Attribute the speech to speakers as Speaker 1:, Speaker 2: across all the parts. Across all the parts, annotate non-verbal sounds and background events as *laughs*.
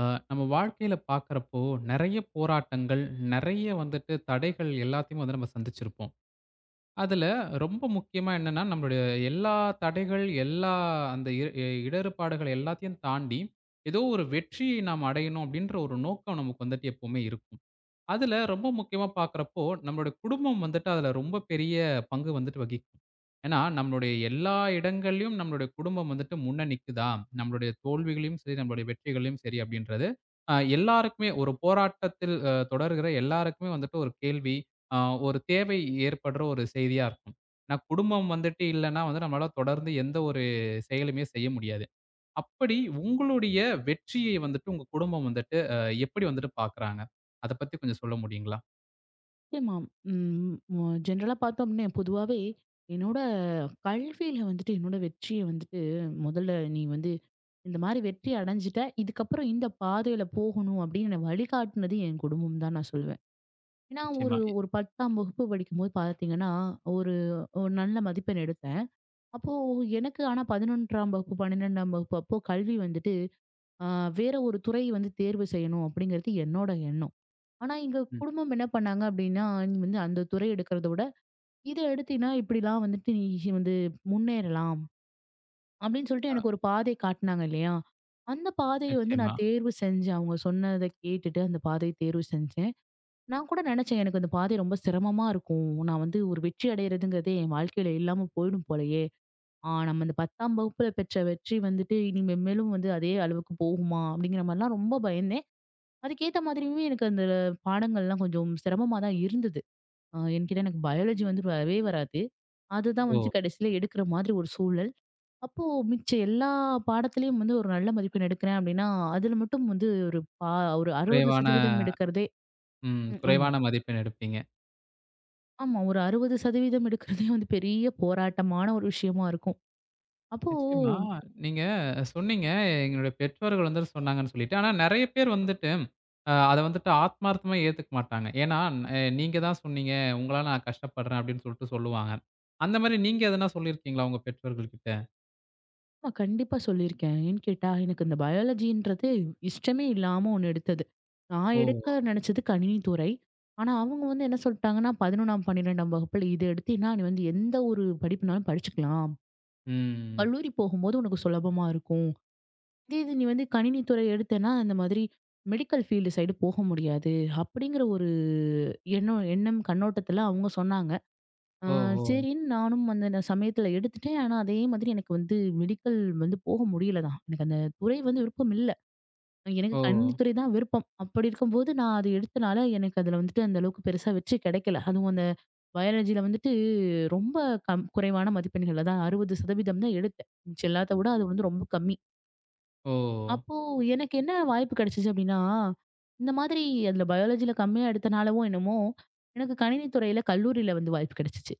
Speaker 1: ஆ, நம்ம வாழ்க்கையில பார்க்குறப்போ, நெறைய போராட்டங்கள், நெறைய வந்துட்டு தடைகள் எல்லாத்தையும் வந்து நம்ம சந்திச்சிருப்போம். அதுல ரொம்ப முக்கியமா என்னன்னா, நம்மளுடைய எல்லா தடைகள், எல்லா அந்த இ இ- இடர்பாடுகள் எல்லாத்தையும் தாண்டி, ஏதோ ஒரு வெற்றியை நாம் அடையணும் அப்படின்ற ஒரு நோக்கம் நமக்கு வந்துட்டு எப்பவுமே இருக்கும். அதுல ரொம்ப முக்கியமா பார்க்குறப்போ, நம்மளுடைய குடும்பம் வந்துட்டு அதுல ரொம்ப பெரிய பங்கு வந்துட்டு வகிக்கும். ஏன்னா, நம்மளுடைய எல்லா இடங்கள்லயும் நம்மளுடைய குடும்பம் வந்துட்டு முன்ன நிக்குதா, நம்மளுடைய தோல்விகளையும் சரி, நம்மளுடைய வெற்றிகளையும் சரி அப்படின்றது, எல்லாருக்குமே ஒரு போராட்டத்தில் தொடர்கிற எல்லாருக்குமே வந்துட்டு ஒரு கேள்வி, அ ஒரு தேவை ஏற்படுற ஒரு செய்தியா இருக்கும். ஏன்னா, குடும்பம் வந்துட்டு இல்லன்னா வந்து நம்மளால தொடர்ந்து எந்த ஒரு செயலுமே செய்ய முடியாது. அப்படி உங்களுடைய வெற்றியை வந்துட்டு உங்க குடும்பம் வந்துட்டு எப்படி வந்துட்டு பார்க்குறாங்க? அத பத்தி கொஞ்சம் சொல்ல முடியுங்களா?
Speaker 2: நிச்சயமா. ம். ம ஜெனரலா பார்த்தோம் அப்படின்னா, பொதுவாவே என்னோட கல்வியில வந்துட்டு என்னோட வெற்றிய வந்துட்டு முதல்ல நீ வந்து இந்த மாரி வெற்றி அடைஞ்சுட்ட. இதுக்கப்புறம் இந்த பாதையில போகணும் அப்படின்னு என்னை வழிகாட்டுனது என் குடும்பம் தான் நான் சொல்லுவேன். ஏன்னா ஒரு
Speaker 1: நிச்சயமா.
Speaker 2: ஒரு 10ஆம் வகுப்பு படிக்கும்போது பார்த்தீங்கன்னா, ஒரு ஒரு நல்ல மதிப்பெண் எடுத்தேன். அப்போ எனக்கு ஆனா 11ஆம் வகுப்பு, 12ஆம் வகுப்பு அப்போ கல்வி வந்துட்டு, அ வேற ஒரு துறை வந்து தேர்வு செய்யணும் அப்படிங்கிறது என்னோட எண்ணம். ஆனா எங்க
Speaker 1: ம்.
Speaker 2: குடும்பம் என்ன பண்ணாங்க அப்படின்னா, "நீ வந்து அந்த துறை எடுக்கிறத விட, இத எடுத்தீன்னா இப்படிலாம் வந்துட்டு நீ ஈஸி வந்து முன்னேறலாம்." அப்படின்னு சொல்லிட்டு எனக்கு ஒரு பாதை காட்டுனாங்க இல்லையா? அந்த பாதைய வந்து
Speaker 1: நிச்சயமா.
Speaker 2: நான் தேர்வு செஞ்சேன். அவங்க சொன்னத கேட்டுட்டு அந்த பாதைய தேர்வு செஞ்சேன். நான் கூட நினைச்சேன், "எனக்கு அந்த பாதை ரொம்ப சிரமமா இருக்கும். நான் வந்து ஒரு வெற்றி அடையறதுங்கிறதே என் வாழ்க்கையில இல்லாம போயிடும் போலயே. ஆ நம்ம இந்த 10ஆம் வகுப்புல பெற்ற வெற்றி வந்துட்டு இனி மென்மேலும் வந்து அதே அளவுக்கு போகுமா?" அப்படிங்கிற மாரிலாம் ரொம்ப பயந்தேன். அதுக்கேத்த மாதிரியுமே எனக்கு அந்த பாடங்கள்லாம் கொஞ்சம் சிரமமா தான் இருந்தது. என்கிட்ட எனக்கு பயாலஜி வந்து வரவே வராது. அதுதான் வந்து
Speaker 1: ஓ!
Speaker 2: கடைசியில எடுக்கிற மாதிரி ஒரு சூழல். அப்போ மிச்ச எல்லா பாடத்திலயும் வந்து ஒரு நல்ல மதிப்பெண் எடுக்கிறேன் அப்படின்னா, அதுல மட்டும் வந்து ஒரு
Speaker 1: குறைவான
Speaker 2: 60% எடுக்கிறதே
Speaker 1: ம்.
Speaker 2: ம். ஆமா.
Speaker 1: குறைவான மதிப்பெண் எடுப்பீங்க.
Speaker 2: ஆமா, ஒரு 60% எடுக்கிறதே வந்து பெரிய போராட்டமான ஒரு விஷயமா இருக்கும். அப்போ
Speaker 1: நிச்சயமா. நீங்க சொன்னீங்க, "எங்களுடைய பெற்றோர்கள் வந்து சொன்னாங்கன்னு" சொல்லிட்டு. ஆனா நெறைய பேர் வந்துட்டு அத வந்துட்டு ஆத்மார்த்தமா ஏத்துக்க மாட்டாங்க. ஏன்னா, நீங்க தான் சொன்னீங்க. உங்களால நான் கஷ்டப்படுறேன்" அப்படின்னு சொல்லிட்டு சொல்லுவாங்க. அந்த மாரி நீங்க எதனா சொல்லியிருக்கீங்களா உங்க பெற்றோர்கள் கிட்ட?
Speaker 2: ஆமா, கண்டிப்பா சொல்லியிருக்கேன். ஏன்னு கேட்டா, எனக்கு இந்த பயாலஜின்றது இஷ்டமே இல்லாம ஒண்ணு எடுத்தது. நான் எடுக்க
Speaker 1: ஓ!
Speaker 2: நினைச்சது கணினித்துறை. ஆனா, அவங்க வந்து என்ன சொல்ட்டாங்கன்னா, 11ஆம், 12ஆம் வகுப்புல இது எடுத்தீன்னா, நீ வந்து எந்த ஒரு படிப்புனாலும் படிச்சுக்கலாம்.
Speaker 1: ம்.
Speaker 2: கல்லூரி போகும்போது உனக்கு சுலபமா இருக்கும். இதே இது நீ வந்து கணினித்துறை எடுத்தேன்னா, இந்த மாதிரி மெடிக்கல் ஃபீல்டு சைடு போக முடியாது. அப்படிங்கிற ஒரு எண்ணம் எண்ணம் கண்ணோட்டத்துல அவங்க சொன்னாங்க. ஆ
Speaker 1: ஓ! ஓ!
Speaker 2: சரின்னு நானும் அந்த சமயத்துல எடுத்துட்டேன். ஆனா, அதே மாதிரி எனக்கு வந்து மெடிக்கல் வந்து போக முடியல தான். எனக்கு அந்த துறை வந்து விருப்பம் இல்ல. எனக்கு
Speaker 1: ஓ!
Speaker 2: கணினித்துறை தான் விருப்பம். அப்படி இருக்கும்போது நான் அது எடுத்தனால எனக்கு அதுல வந்துட்டு அந்த அளவுக்கு பெருசா வெற்றி கிடைக்கல. அதுவும் அந்த பயாலஜில வந்துட்டு ரொம்ப குறைவான மதிப்பெண்கள்ல தான் 60% தான் எடுத்தேன். மிச்சம் எல்லாத்த விட அது வந்து ரொம்ப கம்மி.
Speaker 1: ஓ!
Speaker 2: அப்போ எனக்கு என்ன வாய்ப்பு கிடைச்சுச்சு அப்படின்னா, இந்த மாதிரி அதுல பயாலஜில கம்மியா எடுத்தனாலவோ என்னமோ, எனக்கு கணினித்துறையில கல்லூரியில வந்து வாய்ப்பு கிடைச்சுச்சு.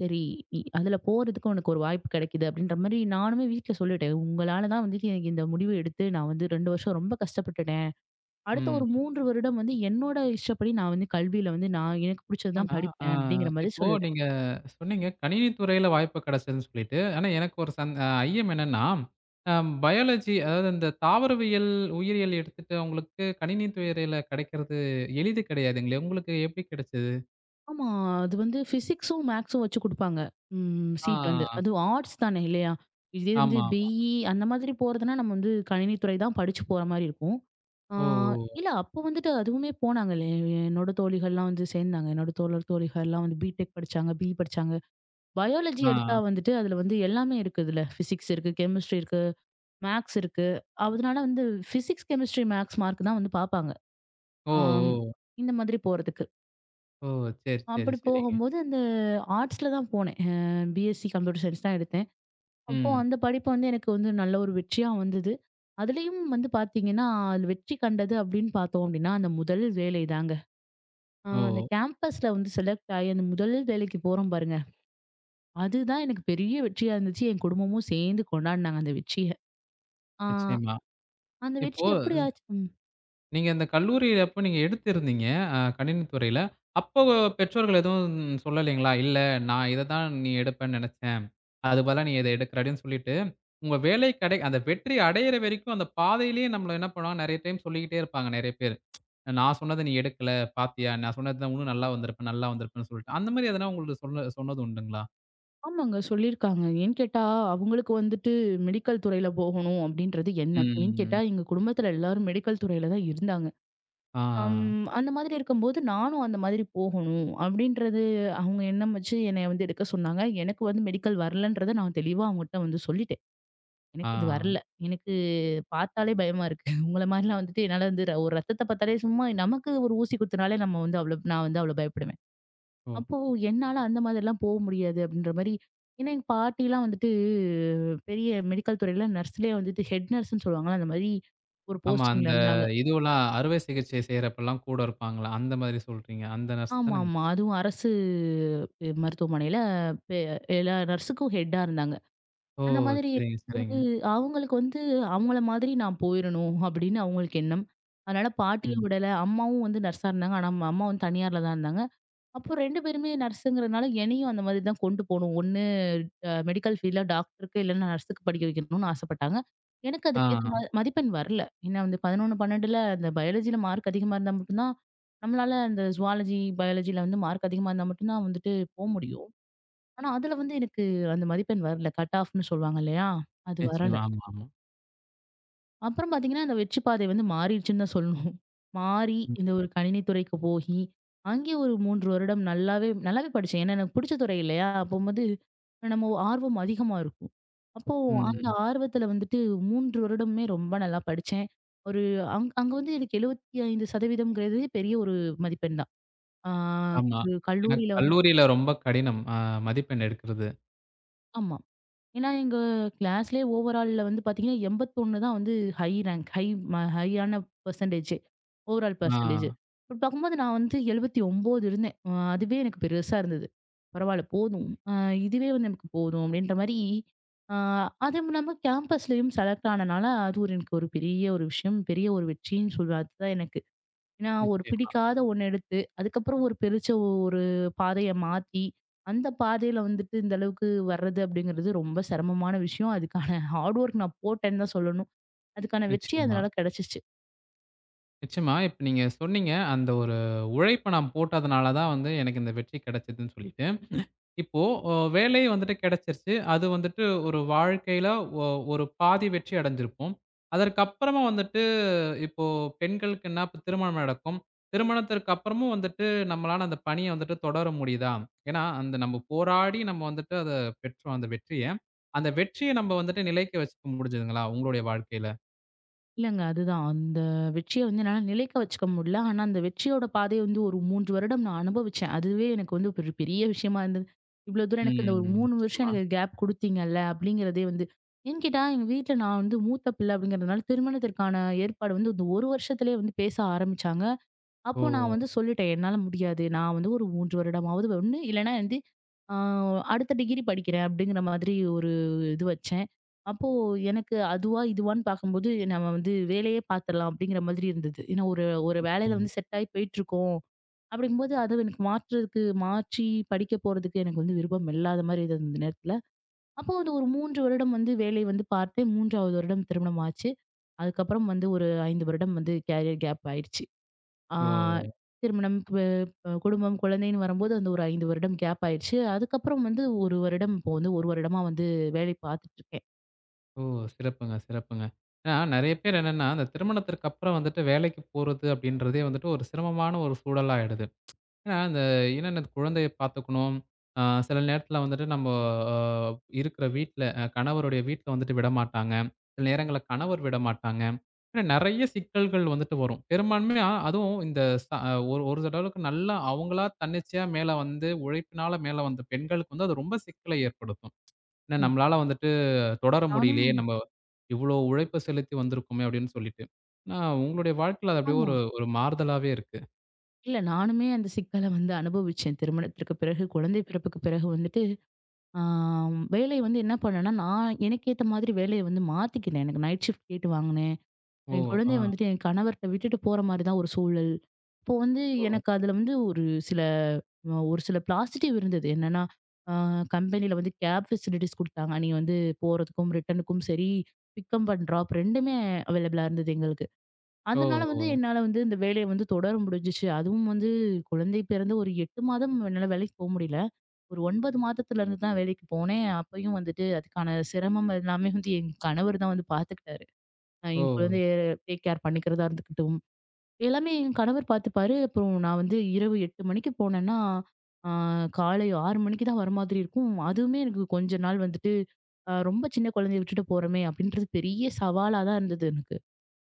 Speaker 2: சரி, அதுல போறதுக்கு உனக்கு ஒரு வாய்ப்பு கிடைக்குது அப்படின்ற மாரி நானுமே வீட்ல சொல்லிட்டேன். உங்களால தான் வந்துட்டு எனக்கு இந்த முடிவு எடுத்து நான் வந்து 2 வருஷம் ரொம்ப கஷ்டப்பட்டுட்டேன். அடுத்த
Speaker 1: ம்.
Speaker 2: ஒரு 3 வருடம் வந்து என்னோட இஷ்டப்படி நான் வந்து கல்வியில வந்து நான் எனக்கு பிடிச்சது தான்
Speaker 1: ஆனா, அ
Speaker 2: படிப்பேன் அப்படிங்கிற மாரி
Speaker 1: இப்போ
Speaker 2: சொல்லிட்டேன்.
Speaker 1: நீங்க சொன்னீங்க, கணினி துறையில வாய்ப்பு கிடைச்சதுன்னு சொல்லிட்டு. ஆனா எனக்கு ஒரு சந் அ ஐயம் என்னன்னா, அ பயாலஜி அதாவது இந்த தாவரவியல், உயிரியல் எடுத்துட்டவங்களுக்கு கணினி துறையில கிடைக்கிறது எளிது கிடையாதுங்களே! உங்களுக்கு எப்படி கிடைச்சது?
Speaker 2: ஆமா. அது வந்து பிசிக்ஸும், மேத்ஸும் வச்சு குடுப்பாங்க. ம் சீட் வந்து.
Speaker 1: ஆ.
Speaker 2: அதுவும் ஆர்ட்ஸ் தானே இல்லையா? இதே வந்து
Speaker 1: ஆமா.
Speaker 2: பிஇ அந்த மாதிரி போறதுன்னா நம்ம வந்து கணினித்துறை தான் படிச்சு போற மாரி இருக்கும். ஆ,
Speaker 1: ஓ! ஓ!
Speaker 2: இல்ல அப்போ வந்துட்டு அதுவுமே போனாங்களே! என்னோட தோழிகள்லாம் வந்து சேர்ந்தாங்க. என்னோட தோழர் தோழிகள்லாம் வந்து பிடெக் படிச்சாங்க, பிஇ படிச்சாங்க. பயாலஜி எடுத்தா
Speaker 1: ஆ.
Speaker 2: வந்துட்டு அதுல வந்து எல்லாமே இருக்கு இதுல. பிசிக்ஸ் இருக்கு, கெமிஸ்ட்ரி இருக்கு, மேத்ஸ் இருக்கு. அதனால வந்து பிசிக்ஸ், கெமிஸ்ட்ரி, மேத்ஸ் மார்க் தான் வந்து பார்ப்பாங்க.
Speaker 1: ஓ!
Speaker 2: ஆம்,
Speaker 1: ஓ!
Speaker 2: இந்த மாதிரி போறதுக்கு.
Speaker 1: ஓ! சரி, சரி,
Speaker 2: அப்படி
Speaker 1: சரிங்க.
Speaker 2: போகும்போது அந்த ஆர்ட்ஸ்ல தான் போனேன். பிஎஸ்சி கம்ப்யூட்டர் சயின்ஸ் தான் எடுத்தேன். அப்போ
Speaker 1: ம்.
Speaker 2: அந்த படிப்பு வந்து எனக்கு வந்து நல்ல ஒரு வெற்றியா வந்தது. அதுலயும் வந்து பார்த்தீங்கன்னா, அது வெற்றி கண்டது அப்படின்னு பார்த்தோம் அப்படின்னா, அந்த முதல் வேலை தாங்க. ஆ அந்த
Speaker 1: ஓ!
Speaker 2: கேம்பஸ்ல வந்து செலக்ட் ஆயி அந்த முதல் வேலைக்கு போறோம் பாருங்க. அதுதான் எனக்கு பெரிய வெற்றியா இருந்துச்சு. என் குடும்பமும் சேர்ந்து கொண்டாடுனாங்க அந்த வெற்றிய. ஆ
Speaker 1: நிச்சயமா.
Speaker 2: அந்த வெற்றி
Speaker 1: இப்போ
Speaker 2: எப்படி ஆச்சு ம்.
Speaker 1: நீங்க அந்த கல்லூரியில அப்ப நீங்க எடுத்திருந்தீங்க, கணினி துறையில. அப்போ பெற்றோர்கள் எதுவும் சொல்லலைங்களா? "இல்ல, நான் இத தான் நீ எடுப்பேன்னு நெனச்சேன். அதுக்கு பதிலா நீ இத எடுக்குறடின்னு" சொல்லிட்டு, உங்க வேலை கடை அந்த வெற்றி அடையிற வரைக்கும் அந்த பாதையிலேயே நம்மள என்ன பண்ணுவாங்க, நெறைய டைம் சொல்லிக்கிட்டே இருப்பாங்க நெறைய பேரு. "நான் சொன்னத நீ எடுக்கல, பாத்தியா? நான் சொன்னது தான் இன்னும் நல்லா வந்திருக்கும், நல்லா வந்திருக்கும்ன்னு" சொல்லிட்டு. அந்த மாரி எதனா உங்களுக்கு சொன்னது உண்டுங்களா?
Speaker 2: ஆமாங்க, சொல்லியிருக்காங்க. ஏன்னு கேட்டா, அவங்களுக்கு வந்துட்டு மெடிக்கல் துறையில போகணும் அப்படின்றது எண்ணம். ஏன்னு
Speaker 1: ம்.
Speaker 2: கேட்டா, எங்க குடும்பத்துல எல்லாரும் மெடிக்கல் துறையில தான் இருந்தாங்க.
Speaker 1: ஆ,
Speaker 2: அம் அந்த மாதிரி இருக்கும்போது நானும் அந்த மாதிரி போகணும் அப்படின்றது அவங்க எண்ணம் வச்சு என்னைய வந்து எடுக்க சொன்னாங்க. எனக்கு வந்து மெடிக்கல் வரலன்றத நான் தெளிவா அவங்ககிட்ட வந்து சொல்லிட்டேன். எனக்கு இது
Speaker 1: ஆ.
Speaker 2: வரல. எனக்கு பார்த்தாலே பயமா இருக்கு. *laughs* உங்கள மாரிலாம் வந்துட்டு என்னால வந்து ஒரு ரத்தத்த பார்த்தாலே சும்மா நமக்கு ஒரு ஊசி குத்துனாலே நம்ம வந்து அவ்ளோ நான் வந்து அவ்ளோ பயப்படுவேன்.
Speaker 1: ஓ!
Speaker 2: அப்போ என்னால அந்த மாதிரிலாம் போ முடியாது அப்டின்ற மாரி ஏன்னா எங்க பாட்டிலாம் வந்துட்டு பெரிய மெடிக்கல் துறையில நர்ஸ்லயே வந்துட்டு ஹெட் நர்ஸ்ன்னு சொல்லுவாங்கல்ல. அந்த மாரி ஒரு
Speaker 1: ஆமா.
Speaker 2: போஸ்டிங்ல
Speaker 1: அந்த
Speaker 2: இருந்தாங்க.
Speaker 1: இதுவெல்லாம் அறுவை சிகிச்சை செய்றப்பலாம் கூட இருப்பாங்கல்ல, அந்த மாரி சொல்றீங்க. அந்த நர்ஸ் தானங்க?
Speaker 2: ஆமாமா. அதுவும் அரசு மருத்துவமனையில பெ எல்லா நர்ஸுக்கும் ஹெட்டா இருந்தாங்க.
Speaker 1: ஓ!
Speaker 2: அந்த மாதிரி
Speaker 1: சரிங்க,
Speaker 2: இருக்கும்போது,
Speaker 1: சரிங்க.
Speaker 2: அவங்களுக்கு வந்து அவங்கள மாதிரி நான் போயிறணும் அப்படின்னு அவங்களுக்கு எண்ணம். அதனால பாட்டியும்
Speaker 1: ம்.
Speaker 2: விடல. அம்மாவும் வந்து நர்ஸா இருந்தாங்க. ஆனா, அம்மா அம்மா வந்து தனியார்ல தான் இருந்தாங்க. அப்போ 2 பேருமே நர்ஸுங்கிறனால என்னையும் அந்த மாதிரி தான் கொண்டு போணும். ஒண்ணு மெடிக்கல் ஃபீல்ட்ல டாக்டருக்கு இல்லன்னா நர்ஸுக்கு படிக்க வைக்கணும்னு ஆசைப்பட்டாங்க. எனக்கு
Speaker 1: ஆ
Speaker 2: அதுக்கேத்த மதிப்பெண் வரல. ஏன்னா வந்து 11, 12ல அந்த பயாலஜில மார்க் அதிகமா இருந்தா மட்டும் தான் நம்மளால அந்த ஜூவாலஜி, பயாலஜில வந்து மார்க் அதிகமா இருந்தா மட்டும் தான் வந்துட்டு போ முடியும். ஆனா, அதுல வந்து எனக்கு அந்த மதிப்பெண் வரல. கட் ஆஃப்ன்னு சொல்லுவாங்க இல்லையா? அது வரல.
Speaker 1: நிச்சயமா. ஆமா, ஆமா.
Speaker 2: அப்புறம் பார்த்தீங்கன்னா, அந்த வெற்றி பாதை வந்து மாறிடுச்சுன்னு தான் சொல்லணும். மாறி
Speaker 1: ம்.
Speaker 2: இந்த ஒரு கணினி துறைக்கு போகி, அங்கேயே ஒரு 3 வருடம் நல்லாவே நல்லாவே படிச்சேன். ஏன்னா, எனக்கு பிடிச்ச துறை இல்லையா? அப்பம்போது நம்ம ஆர்வம் அதிகமா இருக்கும். அப்போ அந்த
Speaker 1: ம்.
Speaker 2: ஆர்வத்துல வந்துட்டு 3 வருடமுமே ரொம்ப நல்லா படிச்சேன். ஒரு அங் அங்க வந்து எனக்கு 75% பெரிய ஒரு மதிப்பெண் தான். ஆ
Speaker 1: ஆமா.
Speaker 2: ஒரு
Speaker 1: ஏன்னா
Speaker 2: கல்லூரியில வந்து
Speaker 1: கல்லூரியில ரொம்ப கடினம். மதிப்பெண் எடுக்கிறது.
Speaker 2: ஆமா. ஏன்னா, எங்க கிளாஸ்லயே ஓவரால்ல வந்து பார்த்தீங்கன்னா, 81 தான் வந்து ஹை ரேங்க். ஹை ம ஹையான பெர்சன்டேஜே. ஓவரால்
Speaker 1: ஆ
Speaker 2: பெர்சன்டேஜ். அப்படி பார்க்கும்போது நான் வந்து 79 இருந்தேன். அதுவே எனக்கு பெருசா இருந்தது. பரவால்ல போதும். இதுவே வந்து எனக்கு போதும் அப்படின்ற மாரி, அ அதுவும் இல்லாம கேம்பஸ்லயும் செலக்ட் ஆனனால, அது ஒரு எனக்கு ஒரு பெரிய ஒரு விஷயம். பெரிய ஒரு வெற்றின்னு சொல்வேன். அதுதான் எனக்கு நான் ஒரு
Speaker 1: நிச்சயமா,
Speaker 2: பிடிக்காத ஒண்ணு எடுத்து, அதுக்கப்புறம் ஒரு பாதைய மாத்தி, அந்த பாதையில வந்துட்டு இந்த அளவுக்கு வர்றது அப்படிங்கிறது ரொம்ப சிரமமான விஷயம். அதுக்கான ஹார்ட் ஒர்க் நான் போட்டேன்னு தான் சொல்லணும். அதுக்கான வெற்றி
Speaker 1: நிச்சயமா,
Speaker 2: அதனால கிடைச்சிச்சு.
Speaker 1: நிச்சயமா. இப்ப நீங்க சொன்னீங்க, அந்த ஒரு உழைப்ப நான் போட்டதுனால தான் வந்து எனக்கு இந்த வெற்றி கிடைச்சதுன்னு சொல்லிட்டு. இப்போ வேலை வந்துட்டு கிடைச்சிருச்சு. அது வந்துட்டு ஒரு வாழ்க்கையில ஒ ஒரு பாதி வெற்றி அடைஞ்சிருப்போம். அதற்கப்புறமா வந்துட்டு இப்போ பெண்களுக்குன்னா இப்ப திருமணம் நடக்கும். திருமணத்திற்கு அப்புறமும் வந்துட்டு நம்மளால அந்த பணிய வந்துட்டு தொடர முடியுதா? ஏன்னா, அந்த நம்ம போராடி நம்ம வந்துட்டு அத பெற்றோம் அந்த வெற்றிய. அந்த வெற்றிய நம்ம வந்துட்டு நிலைக்க வச்சுக்க முடிஞ்சதுங்களா? உங்களுடைய வாழ்க்கையில?
Speaker 2: இல்லங்க. அதுதான். அந்த வெற்றிய வந்து என்னால நிலைக்க வச்சுக்க முடியல. ஆனா, அந்த வெற்றியோட பாதைய வந்து ஒரு 3 வருடம் நான் அனுபவிச்சேன். அதுவே எனக்கு வந்து ஒரு பெரிய விஷயமா இருந்தது. இவ்ளோ தூரம் எனக்கு இந்த ஒரு
Speaker 1: ம்.
Speaker 2: 3 வருஷம்
Speaker 1: நிச்சயமா.
Speaker 2: எனக்கு கேப் குடுத்தீங்கல்ல அப்படிங்கிறதே வந்து ஏன்னு கேட்டா, எங்க வீட்ல நான் வந்து மூத்த பிள்ளை அப்படிங்கிறதுனால திருமணத்திற்கான ஏற்பாடு வந்து இந்த 1 வருஷத்திலேயே வந்து பேச ஆரம்பிச்சாங்க. அப்போ நான்
Speaker 1: ஓ!
Speaker 2: வந்து சொல்லிட்டேன், "என்னால முடியாது. நான் வந்து ஒரு 3 வருடமாவது ஒண்ணு இல்லன்னா வந்து அ அடுத்த டிகிரி படிக்கிறேன்." அப்படிங்கிற மாதிரி ஒரு இது வச்சேன். அப்போ எனக்கு அதுவா, இதுவான்னு பார்க்கும்போது நம்ம வந்து வேலையே பார்த்துடலாம் அப்படிங்கிற மாதிரி இருந்தது. ஏன்னா ஒரு ஒரு வேலையில
Speaker 1: ம்.
Speaker 2: வந்து செட் ஆகி போயிட்டுருக்கோம். அப்படிங்கும்போது அது எனக்கு மாற்றுறதுக்கு மாற்றி படிக்க போறதுக்கு எனக்கு வந்து விருப்பம் இல்லாத மாரி இருந்தது அந்த நேரத்துல. அப்போ வந்து ஒரு 3 வருடம் வந்து வேலை வந்து பார்த்தேன். 3வது வருடம் திருமணம் ஆச்சு. அதுக்கப்புறம் வந்து ஒரு 5 வருடம் வந்து கேரியர் கேப் ஆயிடுச்சு. ஆ
Speaker 1: ஓ!
Speaker 2: திருமணம், கு அ குடும்பம், குழந்தைன்னு வரும்போது அந்த ஒரு 5 வருடம் கேப் ஆயிருச்சு. அதுக்கப்புறம் வந்து 1 வருடம் இப்போ வந்து 1 வருடமா வந்து வேலை பார்த்துட்டு இருக்கேன்.
Speaker 1: ஓ! சிறப்புங்க, சிறப்புங்க. ஏன்னா நெறைய பேர் என்னன்னா, அந்த திருமணத்திற்கு அப்புறம் வந்துட்டு வேலைக்கு போறது அப்படின்றதே வந்துட்டு ஒரு சிரமமான ஒரு சூழலாயிடுது. ஏன்னா, அந்த என்னென்ன குழந்தைய பாத்துக்கணும். சில நேரத்தில வந்துட்டு நம்ம அ இருக்கிற வீட்ல கணவருடைய வீட்ல வந்துட்டு விடமாட்டாங்க. சில நேரங்கள்ல கணவர் விடமாட்டாங்க. ஏன்னா நெறைய சிக்கல்கள் வந்துட்டு வரும். பெரும்பான்மையா அதுவும் இந்த ச ஒரு ஒரு தடவக்கு நல்லா அவங்களா தன்னிச்சையா மேல வந்து உழைப்பினால மேல வந்த பெண்களுக்கு வந்து அது ரொம்ப சிக்கலை ஏற்படுத்தும். ஏன்னா
Speaker 2: ஆமா.
Speaker 1: நம்மளால வந்துட்டு தொடர முடியலையே!
Speaker 2: நானும்
Speaker 1: நம்ம இவ்ளோ உழைப்ப செலுத்தி வந்திருக்கோமே! அப்டின்னு சொல்லிட்டு. ஆனா உங்களுடைய வாழ்க்கையில அது அப்டியே
Speaker 2: ஆமா.
Speaker 1: ஒரு ஒரு மாறுதலாவே இருக்கு.
Speaker 2: இல்ல நானுமே அந்த சிக்கல வந்து அனுபவிச்சேன். திருமணத்திற்கு பிறகு, குழந்தை பிறப்புக்கு பிறகு வந்துட்டு, ஆ வேலை வந்து என்ன பண்ணேன்னா, நான் எனக்கு ஏத்த மாதிரி வேலைய வந்து மாத்திக்கினேன். எனக்கு நைட் ஷிஃப்ட் கேட்டு வாங்குனாங்க. என் குழந்தைய
Speaker 1: ஓ!
Speaker 2: வந்துட்டு என் கணவர்கிட்ட விட்டுட்டு போற மாதிரி தான் ஒரு சூழல். இப்போ வந்து
Speaker 1: ஆ.
Speaker 2: எனக்கு அதுல வந்து சில ஒரு சில பாசிட்டிவ் இருந்தது. என்னன்னா, அ கம்பெனில வந்து கேப் ஃபெசிலிட்டிஸ் குடுத்தாங்க. நீங்க வந்து போறதுக்கும், ரிட்டர்னுக்கும் சரி, பிக் அப் அண்ட் ட்ராப் 2மே அவைலபிளா இருந்தது எங்களுக்கு.
Speaker 1: ஓ!
Speaker 2: அதனால வந்து
Speaker 1: ஓ!
Speaker 2: என்னால வந்து இந்த வேலைய வந்து தொடர முடிஞ்சுச்சு. அதுவும் வந்து குழந்தை பிறந்து ஒரு 8 மாதம் என்னால வேலைக்கு போ முடியல. ஒரு 9 மாதத்துல இருந்து தான் வேலைக்கு போனேன். அப்பயும் வந்துட்டு அதுக்கான சிரமம் எல்லாமே வந்து என் கணவர் தான் வந்து பார்த்துக்கிட்டாரு. நான்
Speaker 1: ஓ!
Speaker 2: என் குழந்தைய
Speaker 1: சரி.
Speaker 2: டேக் கேர் பண்ணிக்கிறதா இருந்துக்கட்டும். எல்லாமே என் கணவர் பார்த்துப்பாரு. அப்புறம் நான் வந்து இரவு 8 மணிக்கு போனேன்னா, ஆ காலை 6 மணிக்கு தான் வர மாதிரி இருக்கும். அதுவுமே எனக்கு கொஞ்ச நாள் வந்துட்டு, ரொம்ப சின்ன குழந்தைய விட்டுட்டு போறோமே! அப்படின்றது பெரிய சவாலா தான் இருந்தது எனக்கு.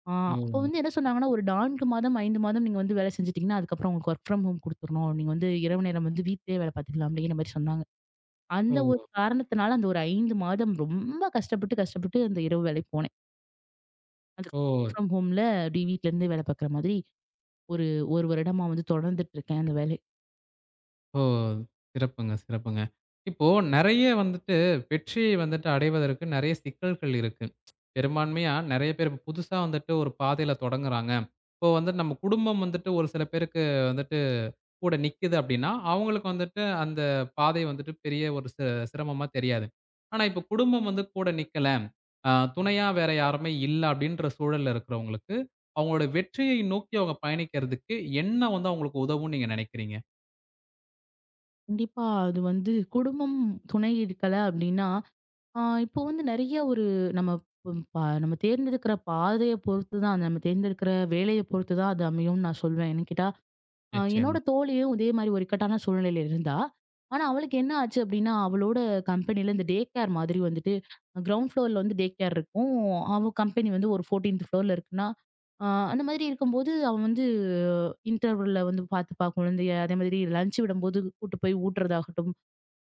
Speaker 2: ஆ அப்ப வந்து
Speaker 1: ஓ!
Speaker 2: என்ன சொன்னாங்கன்னா, "ஒரு 4 மாதம், 5 மாதம் நீங்க வந்து வேலை செஞ்சுட்டீங்கன்னா, அதுக்கப்புறம் உங்களுக்கு வொர்க் ஃப்ரம் ஹோம் குடுத்துறணும். நீங்க வந்து இரவு நேரம் வந்து வீட்லயே வேலை பார்த்துக்கலாம்." அப்படிங்கிற மாரி சொன்னாங்க. அந்த
Speaker 1: ஓ!
Speaker 2: ஒரு காரணத்தினால, அந்த ஒரு 5 மாதம் ரொம்ப கஷ்டப்பட்டு அந்த இரவு வேலைக்கு போனேன். அது
Speaker 1: ஓ!
Speaker 2: ஒர்க் ஃப்ரம் ஹோம்ல அப்படி வீட்ல இருந்தே வேலை பார்க்குற மாதிரி ஒரு 1 வருடமா வந்து தொடர்ந்துட்டு இருக்கேன் அந்த வேலை.
Speaker 1: ஓ! சிறப்புங்க, சிறப்புங்க. இப்போ நெறைய வந்துட்டு வெற்றியை வந்துட்டு அடைவதற்கு நெறைய சிக்கல்கள் இருக்கு. பெரும்பான்மையா நெறைய பேர் இப்ப புதுசா வந்துட்டு ஒரு பாதையில தொடங்குறாங்க. இப்போ வந்து நம்ம குடும்பம் வந்துட்டு ஒரு சில பேருக்கு வந்துட்டு கூட நிக்குது அப்டின்னா, அவங்களுக்கு வந்துட்டு அந்த பாதை வந்துட்டு பெரிய ஒரு சிரமமா தெரியாது. ஆனா இப்போ குடும்பம் வந்து கூட நிக்கல, அ துணையா வேற யாருமே இல்ல அப்டின்ற சூழல்ல இருக்கிறவங்களுக்கு, அவங்களோட வெற்றியை நோக்கி அவங்க பயணிக்கிறதுக்கு என்ன வந்து அவங்களுக்கு உதவும்னு நீங்க நெனைக்கிறீங்க?
Speaker 2: கண்டிப்பா அது வந்து குடும்பம் துணை இருக்கல அப்படின்னா, ஆ இப்போ வந்து நெறைய ஒரு நம்ம ப ப- நம்ம தேர்ந்தெடுக்கிற பாதைய பொறுத்து தான், நம்ம தேர்ந்தெடுக்கிற வேலைய பொறுத்து தான் அது அமையும்னு நான் சொல்வேன். ஏன்னு கேட்டா, என்னோட
Speaker 1: நிச்சயமா.
Speaker 2: தோழியும் இதே மாரி ஒரு இக்கட்டான சூழ்நிலையில இருந்தா. ஆனா, அவளுக்கு என்ன ஆச்சு அப்டின்னா, அவளோட கம்பெனில இந்த டே கேர் மாதிரி வந்துட்டு, கிரவுண்ட் ஃப்ளோர்ல வந்து டே கேர் இருக்கும். அவ கம்பெனி வந்து ஒரு 14த் ஃப்ளோர்ல இருக்குன்னா, அ அந்த மாதிரி இருக்கும்போது அவ வந்து இன்டர்வல்ல வந்து பார்த்துப்பா குழந்தைய. அதே மாதிரி லஞ்ச் விடும்போது கூட்டு போய் ஊட்டுறதாகட்டும்.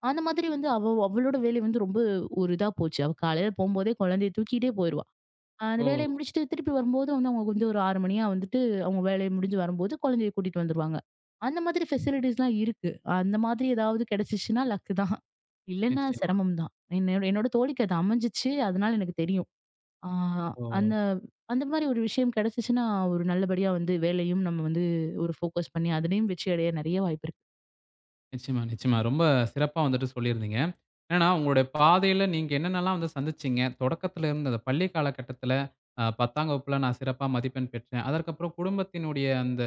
Speaker 2: அந்த மாதிரி வந்து அவ அவளோட வேலை வந்து ரொம்ப ஒரு இதா போச்சு. அவ காலையில போம்போதே குழந்தைய தூக்கிட்டே போயிருவா. அந்த
Speaker 1: ஓ!
Speaker 2: வேலைய முடிச்சுட்டு திருப்பி வரும்போது வந்து அவங்க கொஞ்சம் ஒரு 6 மணியா வந்துட்டு, அவங்க வேலைய முடிஞ்சு வரும்போது குழந்தைய கூட்டிட்டு வந்துருவாங்க. அந்த மாதிரி ஃபெசிலிட்டீஸ்லாம் இருக்கு. அந்த மாதிரி ஏதாவது கிடைச்சிச்சுன்னா லக்கு தான். இல்லன்னா
Speaker 1: நிச்சயமா.
Speaker 2: சிரமம் தான். என்னோட என்னோட தோழிக்கு அது அமைஞ்சிச்சு. அதனால எனக்கு தெரியும். ஆ
Speaker 1: ஓ!
Speaker 2: அந்த அந்த மாரி ஒரு விஷயம் கிடைச்சிச்சுன்னா, ஒரு நல்லபடியா வந்து வேலையும் நம்ம வந்து ஒரு ஃபோக்கஸ் பண்ணி அதிலயும் வெற்றி அடைய நெறைய வாய்ப்பு இருக்கு.
Speaker 1: நிச்சயமா, நிச்சயமா. ரொம்ப சிறப்பா வந்துட்டு சொல்லியிருந்தீங்க. என்னன்னா, உங்களுடைய பாதையில நீங்க என்னென்னலாம் வந்து சந்திச்சீங்க? தொடக்கத்துல இருந்து அந்த பள்ளி காலகட்டத்துல, 10ஆம் வகுப்புல நான் சிறப்பா மதிப்பெண் பெற்றேன். அதற்கப்புறம் குடும்பத்தினுடைய அந்த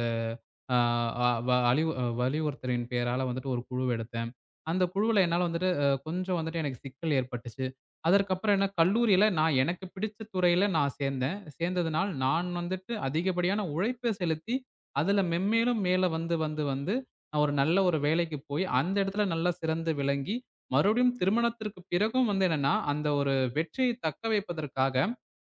Speaker 1: அ அ வ அழிவு வலியுறுத்தலின் பெயரால வந்துட்டு ஒரு குழுவ எடுத்தேன். அந்த குழுவுல என்னால வந்துட்டு கொஞ்சம் வந்துட்டு எனக்கு சிக்கல் ஏற்பட்டுச்சு. அதற்கப்புறம் என்ன கல்லூரியில நான் எனக்கு பிடிச்ச துறையில நான் சேர்ந்தேன். சேர்ந்ததுனால் நான் வந்துட்டு அதிகப்படியான உழைப்ப செலுத்தி, அதுல மென்மேலும் மேல வந்து வந்து வந்து நான் ஒரு நல்ல ஒரு வேலைக்கு போய், அந்த இடத்துல நல்லா சிறந்து விளங்கி, மறுபடியும் திருமணத்திற்கு பிறகும் வந்து என்னன்னா, அந்த ஒரு வெற்றியை தக்க வைப்பதற்காக,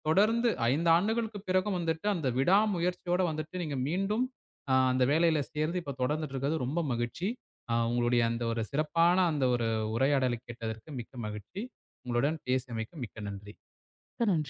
Speaker 1: தொடர்ந்து 5 ஆண்டுகளுக்கு பிறகும் வந்துட்டு, அந்த விடாமுயற்சியோட வந்துட்டு நீங்க மீண்டும் அந்த வேலையில சேர்ந்து இப்ப தொடர்ந்துட்டு இருக்கிறது ரொம்ப மகிழ்ச்சி. உங்களுடைய அந்த ஒரு சிறப்பான அந்த ஒரு உரையாடலை கேட்டதற்கு மிக்க மகிழ்ச்சி. உங்களுடன் பேசியமைக்கு மிக்க நன்றி.
Speaker 2: மிக்க நன்றி.